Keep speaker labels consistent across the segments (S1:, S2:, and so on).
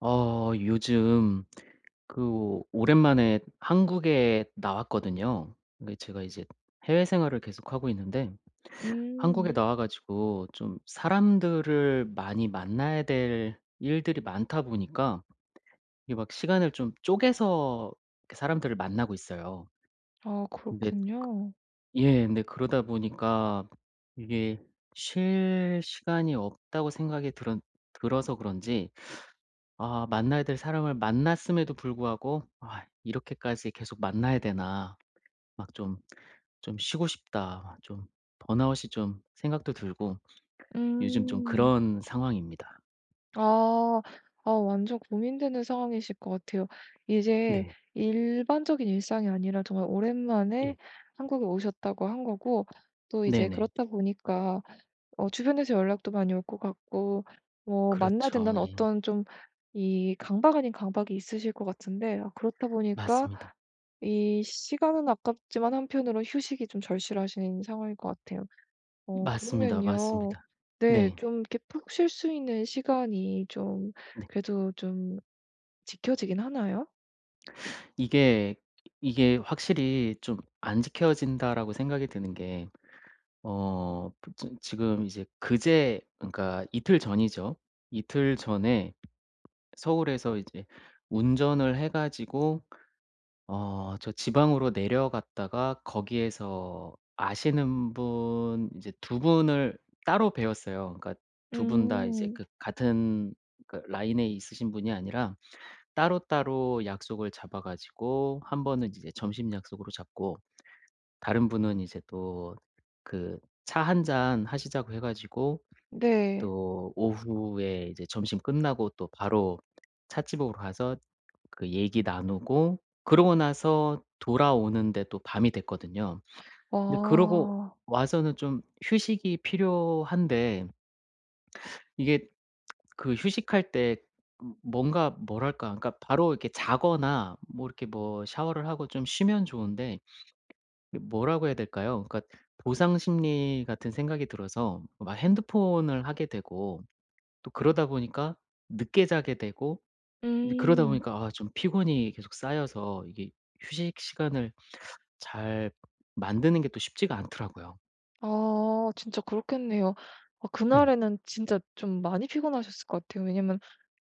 S1: 요즘 그 오랜만에 한국에 나왔거든요. 근데 제가 이제 해외 생활을 계속하고 있는데 한국에
S2: 음.
S1: 나와 가지고 좀 사람들을 많이 만나야 될 일들이 많다 보니까 이게 막 시간을 좀 쪼개서 이렇게 사람들을 만나고 있어요.
S2: 아,
S1: 근데
S2: 그렇군요.
S1: 예, 근데 그러다 보니까 이게 쉴 시간이 없다고 생각이 들은 들어서 그런지 아, 만나야 될 사람을 만났음에도 불구하고 '아 이렇게까지 계속 만나야 되나.' 막 좀 '좀 쉬고 싶다.' 좀 번아웃이 좀 생각도 들고 요즘 좀
S2: 음.
S1: 그런 상황입니다.
S2: 아. 아, 완전 고민되는 상황이실 것 같아요. 이제
S1: 네.
S2: 일반적인 일상이 아니라 정말
S1: 예.
S2: 오랜만에 한국에 오셨다고 한 거고 또 이제
S1: 네네.
S2: 그렇다 보니까 어 주변에서 연락도 많이 올 것 같고, 뭐 만나야
S1: 그렇죠.
S2: 된다는
S1: 네.
S2: 어떤 좀 이 강박 아닌 강박이 있으실 것 같은데, 아 그렇다 보니까
S1: 맞습니다.
S2: 이 시간은 아깝지만 한편으로 휴식이 좀 절실하신 상황일 것 같아요. 어
S1: 맞습니다,
S2: 그러면요.
S1: 맞습니다.
S2: 네,
S1: 네.
S2: 좀 이렇게 푹 쉴 수 있는 시간이 좀
S1: 네.
S2: 그래도 좀 지켜지긴 하나요?
S1: 이게 이게 확실히 좀 '안 지켜진다.'라고 생각이 드는 게 어 그 지 지금 이제 그제, 그러니까 이틀 전이죠. 이틀 전에 서울에서 이제 운전을 해 가지고 어 저 지방으로 내려갔다가 거기에서 아시는 분 이제 두 분을 따로 배웠어요. 그러니까 두 분 다 이제
S2: 음.
S1: 그 같은 그 라인에 있으신 분이 아니라 따로따로 약속을 잡아 가지고 한 번은 이제 점심 약속으로 잡고 다른 분은 이제 또 그 차 한 잔 하시자고 해 가지고
S2: 네.
S1: 또 오후에 이제 점심 끝나고 또 바로 찻집으로 가서 그 얘기 나누고 그러고 나서 돌아오는데 또 밤이 됐거든요. 근데 그러고
S2: 아.
S1: 와서는 좀 휴식이 필요한데 이게 그 휴식할 때 뭔가 뭐랄까, 그러니까 바로 이렇게 자거나 뭐 이렇게 뭐 샤워를 하고 좀 쉬면 좋은데 이 뭐라고 해야 될까요? 그러니까 보상 심리 같은 생각이 들어서 막 핸드폰을 하게 되고 또 그러다 보니까 늦게 자게 되고 이제 그러다
S2: 음.
S1: 보니까 아 좀 피곤이 계속 쌓여서 이게 휴식 시간을 잘 만드는 게 또 쉽지가 않더라고요.
S2: 아 진짜 그렇겠네요. 아
S1: 네,
S2: 그날에는 진짜 좀 많이 피곤하셨을 것 같아요. 왜냐면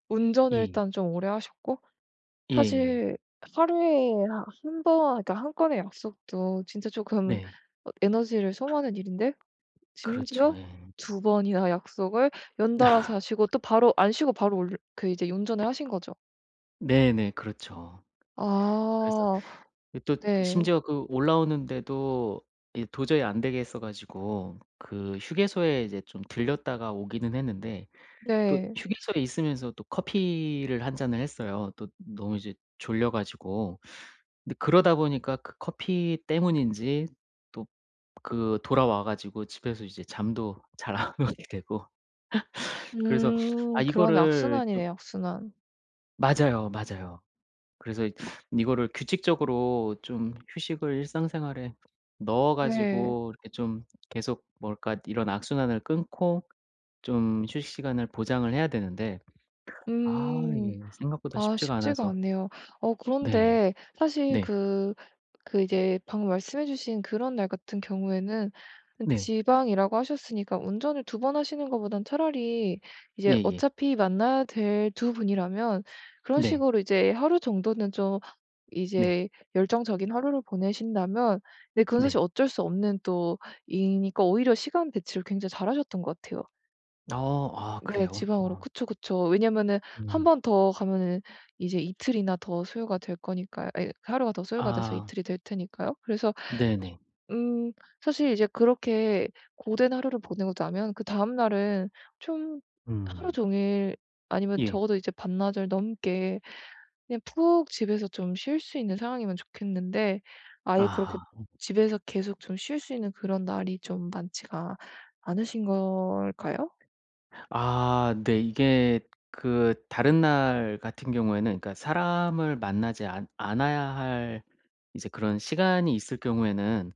S2: 운전을
S1: 예.
S2: 일단 좀 오래 하셨고,
S1: 예예.
S2: 사실 하루에 한 번, 그러니까 한 건의 약속도 진짜 조금
S1: 네.
S2: 어 에너지를 소모하는 일인데,
S1: 그렇죠.
S2: 심지어
S1: 예.
S2: 두 번이나 약속을 연달아서 하시고 또 바로 안 쉬고 바로 올 그 이제 운전을 하신 거죠?
S1: 네네. 그렇죠. 그래서
S2: 아
S1: 이 또
S2: 네.
S1: 심지어 그 올라오는데도 이 도저히 안 되겠어 가지고 그 휴게소에 이제 좀 들렸다가 오기는 했는데 또
S2: 네.
S1: 휴게소에 있으면서 또 커피를 한 잔을 했어요. 또 너무 이제 졸려 가지고. 근데 그러다 보니까 그 커피 때문인지 또 그 돌아와 가지고 집에서 이제 잠도 잘 안 오게 되고 그래서 아
S2: 그러네.
S1: 이거를 좀
S2: 악순환이네요, 악순환.
S1: 맞아요, 맞아요. 그래서 이 이거를 규칙적으로 좀 휴식을 일상생활에 넣어
S2: 네.
S1: 가지고 이렇게 좀 계속 뭘까 이런 악순환을 끊고 좀 휴식 시간을 보장을 해야 되는데 아
S2: 음.
S1: 예 생각보다
S2: 아
S1: 쉽지가
S2: 쉽지가
S1: 않아서
S2: 않네요. 어
S1: 네.
S2: 그런데 사실
S1: 네.
S2: 그 이제 방금 말씀해 주신 그런 날 같은 경우에는,
S1: 네.
S2: 지방이라고 하셨으니까 운전을 두 번 하시는 것보단 차라리 이제
S1: 예예.
S2: 어차피 만나야 될 두 분이라면 그런
S1: 네.
S2: 식으로 이제 하루 정도는 좀
S1: 네.
S2: 이제 열정적인 하루를 보내신다면, 근데 그건 사실
S1: 네.
S2: 어쩔 수 없는 또 이니까 오히려 시간 배치를 굉장히 잘하셨던 것 같아요.
S1: 어 아
S2: 네
S1: 그래요?
S2: 지방으로.
S1: 어.
S2: 그쵸, 그쵸. 왜냐면은 한
S1: 음.
S2: 번 더 가면은 이제 이틀이나 더 소요가 될 거니까요. 아니, 하루가 더 소요가 돼서
S1: 아
S2: 이틀이 될 테니까요. 그래서
S1: 네네.
S2: 음 사실 이제 그렇게 고된 하루를 보내고 나면 그다음 날은 좀 하루
S1: 음.
S2: 종일, 아니면
S1: 예.
S2: 적어도 이제 반나절 넘게 그냥 푹 집에서 좀 쉴 수 있는 상황이면 좋겠는데, 아예 그렇게
S1: 아하.
S2: 집에서 계속 좀 쉴 수 있는 그런 날이 좀 많지가 않으신 걸까요?
S1: 아 네. 이게 그 다른 날 같은 경우에는 그러니까 사람을 만나지 않 않아야 할 이제 그런 시간이 있을 경우에는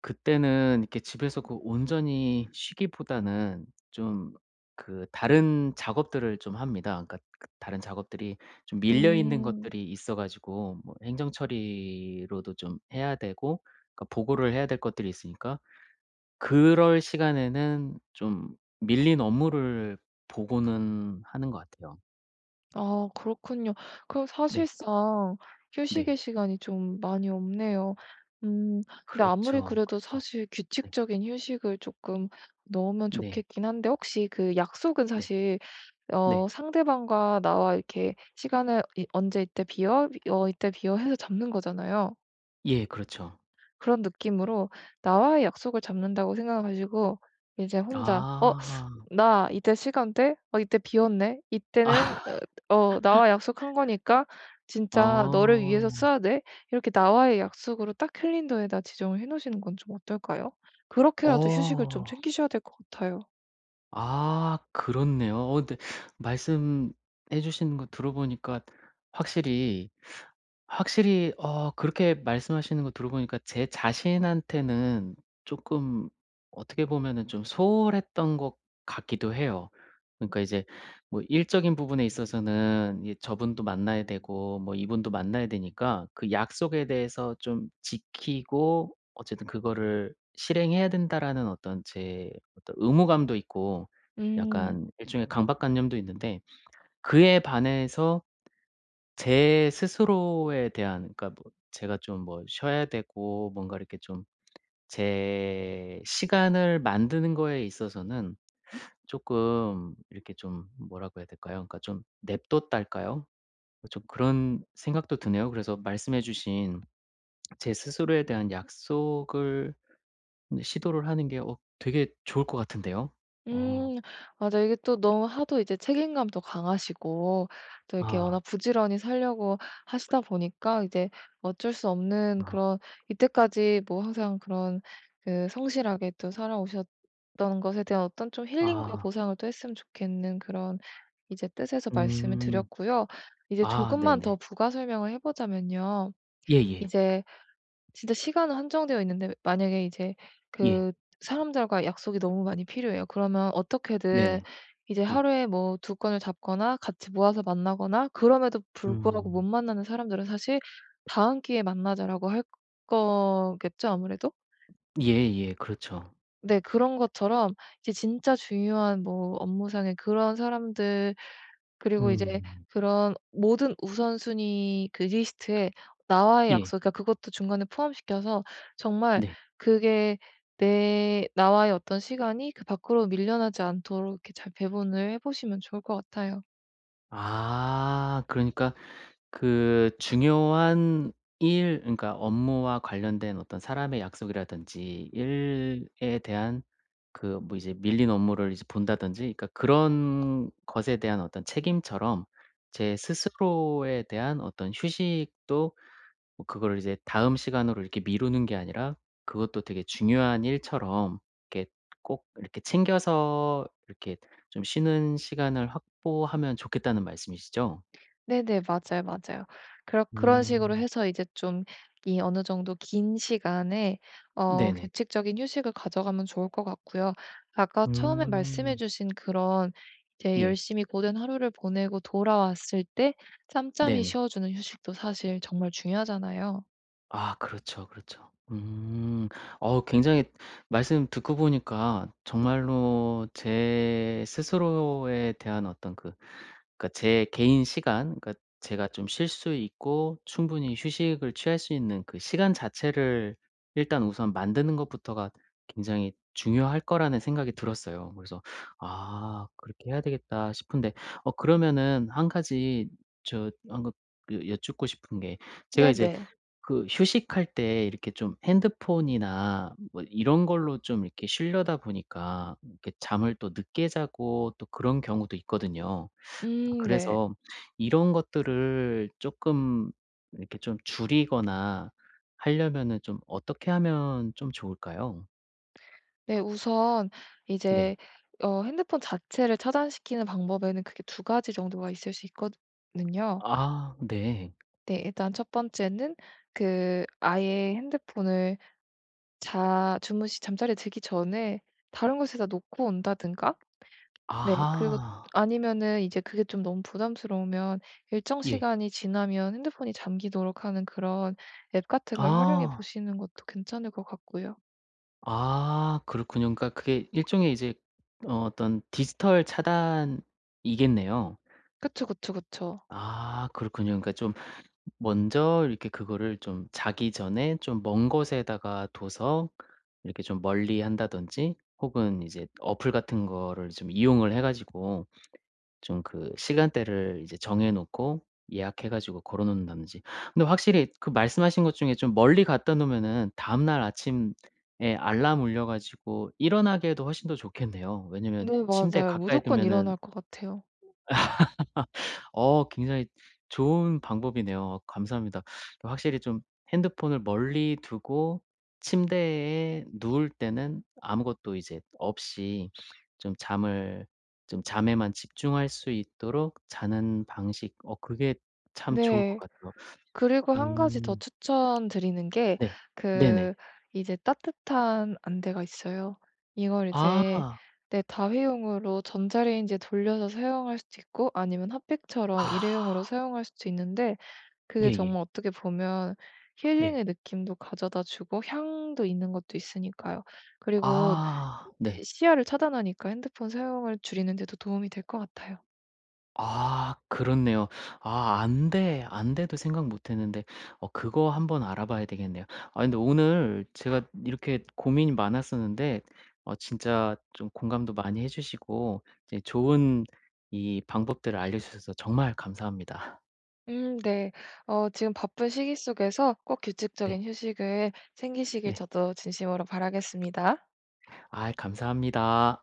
S1: 그때는 이렇게 집에서 그 온전히 쉬기보다는 좀 그 다른 작업들을 좀 합니다. 그러니까 그 다른 작업들이 좀 밀려 있는
S2: 음.
S1: 것들이 있어 가지고 뭐 행정 처리로도 좀 해야 되고 그러니까 보고를 해야 될 것들이 있으니까 그럴 시간에는 좀 밀린 업무를 보고는 하는 것 같아요.
S2: 아 그렇군요. 그럼
S1: 네.
S2: 사실상
S1: 네.
S2: 휴식의 시간이 좀 많이 없네요. 음. 근데 아무리
S1: 그렇죠.
S2: 그래도
S1: 그렇죠.
S2: 사실
S1: 네.
S2: 규칙적인 휴식을 조금 넣으면
S1: 네.
S2: 좋겠긴 한데, 혹시 그 약속은
S1: 네.
S2: 사실
S1: 네.
S2: 어 상대방과 나와 이렇게 시간을, 이 "언제 이때 비어? 어 이때 비어." 해서 잡는 거잖아요.
S1: 예 그렇죠.
S2: 그런 느낌으로 나와의 약속을 잡는다고 생각하시고 이제 혼자 "어?
S1: 아.
S2: 나 이때 시간 대 어 이때 비었네. 이때는
S1: 아.
S2: 어, 나와 약속한 거니까 진짜 너를 위해서
S1: 어.
S2: 써야 돼." 이렇게 나와의 약속으로 딱 캘린더에다 지정을 해 놓으시는 건 좀 어떨까요? 그렇게라도 휴식을 좀
S1: 어.
S2: 챙기셔야 될 것 같아요.
S1: 아 그렇네요. 어 근데 말씀해 주시는 거 들어보니까 확실히 확실히 어 그렇게 말씀하시는 거 들어보니까 제 자신한테는 쪼끔 어떻게 보면은 좀 소홀했던 것 같기도 해요. 그러니까 이제 뭐 일적인 부분에 있어서는 이 저분도 만나야 되고 뭐 이분도 만나야 되니까 그 약속에 대해서 좀 지키고 어쨌든 '그거를 실행해야 된다.'라는 어떤 제 어떤 의무감도 있고
S2: 음.
S1: 약간 일종의 강박관념도 있는데 그에 반해서 제 스스로에 대한 그러니까 뭐 제가 좀 뭐 쉬어야 되고 뭔가 이렇게 좀 제 시간을 만드는 거에 있어서는 조금 이렇게 좀 뭐라고 해야 될까요? 그러니까 좀 냅뒀달까요 좀 그런 생각도 드네요. 그래서 말씀해 주신 제 스스로에 대한 약속을 시도를 하는 게 어 되게 좋을 것 같은데요. 어.
S2: 음. 맞아. 이게 또 너무 하도 이제 책임감도 강하시고 또 이렇게
S1: 아.
S2: 워낙 부지런히 살려고 하시다 보니까 이제 어쩔 수 없는
S1: 아.
S2: 그런, 이때까지 뭐 항상 그런 그 성실하게 또 살아오셨던 것에 대한 어떤 좀 힐링과
S1: 아.
S2: 보상을 또 했으면 좋겠는 그런 이제 뜻에서 말씀을
S1: 음.
S2: 드렸고요. 이제
S1: 아
S2: 조금만
S1: 네네.
S2: 더 부가 설명을 해 보자면요.
S1: 예예. 예.
S2: 이제 진짜 시간은 한정되어 있는데, 만약에 이제
S1: 예,
S2: 그 사람들과 약속이 너무 많이 필요해요. 그러면 어떻게든
S1: 네네.
S2: 이제
S1: 예.
S2: 하루에 뭐 두 건을 잡거나 같이 모아서 만나거나, 그럼에도 불구하고 못
S1: 음.
S2: 만나는 사람들은 사실 "다음 기회에 만나자."라고 할 거겠죠, 아무래도?
S1: 예예. 그렇죠.
S2: 네. 그런 것처럼 이제 진짜 중요한 뭐 업무상의 그런 사람들, 그리고 이제
S1: 음.
S2: 그런 모든 우선순위 그 리스트에 나와의
S1: 예.
S2: 약속, 그러니까 그것도 중간에 포함시켜서 정말
S1: 네.
S2: 그게 내 나와의 어떤 시간이 그 밖으로 밀려나지 않도록 이렇게 잘 배분을 해 보시면 좋을 것 같아요.
S1: 아 그러니까 그 중요한 일 그러니까 업무와 관련된 어떤 사람의 약속이라든지 일에 대한 그 뭐 이제 밀린 업무를 이제 본다든지 그러니까 그런 것에 대한 어떤 책임처럼 제 스스로에 대한 어떤 휴식도 뭐 그거를 이제 다음 시간으로 이렇게 미루는 게 아니라 그것도 되게 중요한 일처럼 이렇게 꼭 이렇게 챙겨서 이렇게 좀 쉬는 시간을 확보하면 좋겠다는 말씀이시죠?
S2: 네네. 맞아요, 맞아요. 그렇 그런 식으로
S1: 음.
S2: 해서 이제 좀 이 어느 정도 긴 시간에 어
S1: 네네.
S2: 규칙적인 휴식을 가져가면 좋을 것 같고요. 아까 처음에 말씀해
S1: 음.
S2: 주신 그런 이제
S1: 예.
S2: 열심히 고된 하루를 보내고 돌아왔을 때 짬짬이
S1: 네네.
S2: 쉬어 주는 휴식도 사실 정말 중요하잖아요.
S1: 아 그렇죠, 그렇죠. 음. 어 굉장히 말씀 듣고 보니까 정말로 제 스스로에 대한 어떤 그 그러니까 제 개인 시간 그러니까 제가 좀 쉴 수 있고 충분히 휴식을 취할 수 있는 그 시간 자체를 일단 우선 만드는 것부터가 굉장히 중요할 거라는 생각이 들었어요. 그래서 '아 그렇게 해야 되겠다.' 싶은데 어 그러면은 한 가지 저한금그 여쭙고 싶은 게 제가 이제
S2: 네네.
S1: 그 휴식할 때 이렇게 좀 핸드폰이나 뭐 이런 걸로 좀 이렇게 쉬려다 보니까 이렇게 잠을 또 늦게 자고 또 그런 경우도 있거든요. 아
S2: 네.
S1: 그래서 이런 것들을 조금 이렇게 좀 줄이거나 하려면은 좀 어떻게 하면 좀 좋을까요?
S2: 네 우선
S1: 네.
S2: 이제 어 핸드폰 자체를 차단시키는 방법에는 크게 두 가지 정도가 있을 수 있거든요.
S1: 아 네.
S2: 네. 일단 첫 번째는 그 아예 핸드폰을 자 주무시 잠자리에 들기 전에 다른 곳에다 놓고 온다든가, 네 그리고
S1: 아하.
S2: 아니면은 이제 그게 좀 너무 부담스러우면 일정
S1: 예.
S2: 시간이 지나면 핸드폰이 잠기도록 하는 그런 앱 같은 걸 활용해
S1: 아.
S2: 보시는 것도 괜찮을 것 같고요.
S1: 아 그렇군요. 그러니까 그게 일종의 이제 어 어떤 디지털 차단이겠네요.
S2: 그쵸, 그쵸, 그쵸.
S1: 아 그렇군요. 그러니까 좀 먼저 이렇게 그거를 좀 자기 전에 좀 먼 곳에다가 둬서 이렇게 좀 멀리한다든지 혹은 이제 어플 같은 거를 좀 이용을 해 가지고 좀 그 시간대를 이제 정해 놓고 예약해 가지고 걸어 놓는다든지. 근데 확실히 그 말씀하신 것 중에 좀 멀리 갖다 놓으면은 다음날 아침에 알람 울려 가지고 일어나기에도 훨씬 더 좋겠네요. 왜냐면
S2: 네
S1: 침대
S2: 맞아요.
S1: 가까이
S2: 무조건
S1: 두면은
S2: 일어날 것 같아요.
S1: 어 굉장히 좋은 방법이네요. 감사합니다. 확실히 좀 핸드폰을 멀리 두고 침대에 누울 때는 아무것도 이제 없이 좀 잠을 좀 잠에만 집중할 수 있도록 자는 방식 어 그게 참 좋을 것
S2: 네.
S1: 같아요.
S2: 그리고 한 가지 더
S1: 음
S2: 추천드리는 게
S1: 네. 네네.
S2: 그 이제 따뜻한 안대가 있어요. 이걸
S1: 아.
S2: 이제 내 다회용으로 전자레인지에 돌려서 사용할 수도 있고 아니면 핫팩처럼
S1: 아.
S2: 일회용으로 사용할 수도 있는데, 그게
S1: 예예.
S2: 정말 어떻게 보면
S1: 네.
S2: 힐링의 느낌도 가져다 주고 향도 있는 것도 있으니까요. 그리고
S1: 아 네.
S2: 시야를 차단하니까 핸드폰 사용을 줄이는 데도 도움이 될 것 같아요.
S1: 아 그렇네요. 아 안 돼. 안 돼도 생각 못 했는데 어 그거 한번 알아봐야 되겠네요. 아 근데 오늘 제가 이렇게 고민이 많았었는데 어 진짜 좀 공감도 많이 해 주시고 이제 좋은 이 방법들을 알려 주셔서 정말 감사합니다.
S2: 네. 어 지금 바쁜 시기 속에서 꼭
S1: 네.
S2: 규칙적인 휴식을 챙기시길
S1: 네.
S2: 저도 진심으로 바라겠습니다.
S1: 아 감사합니다.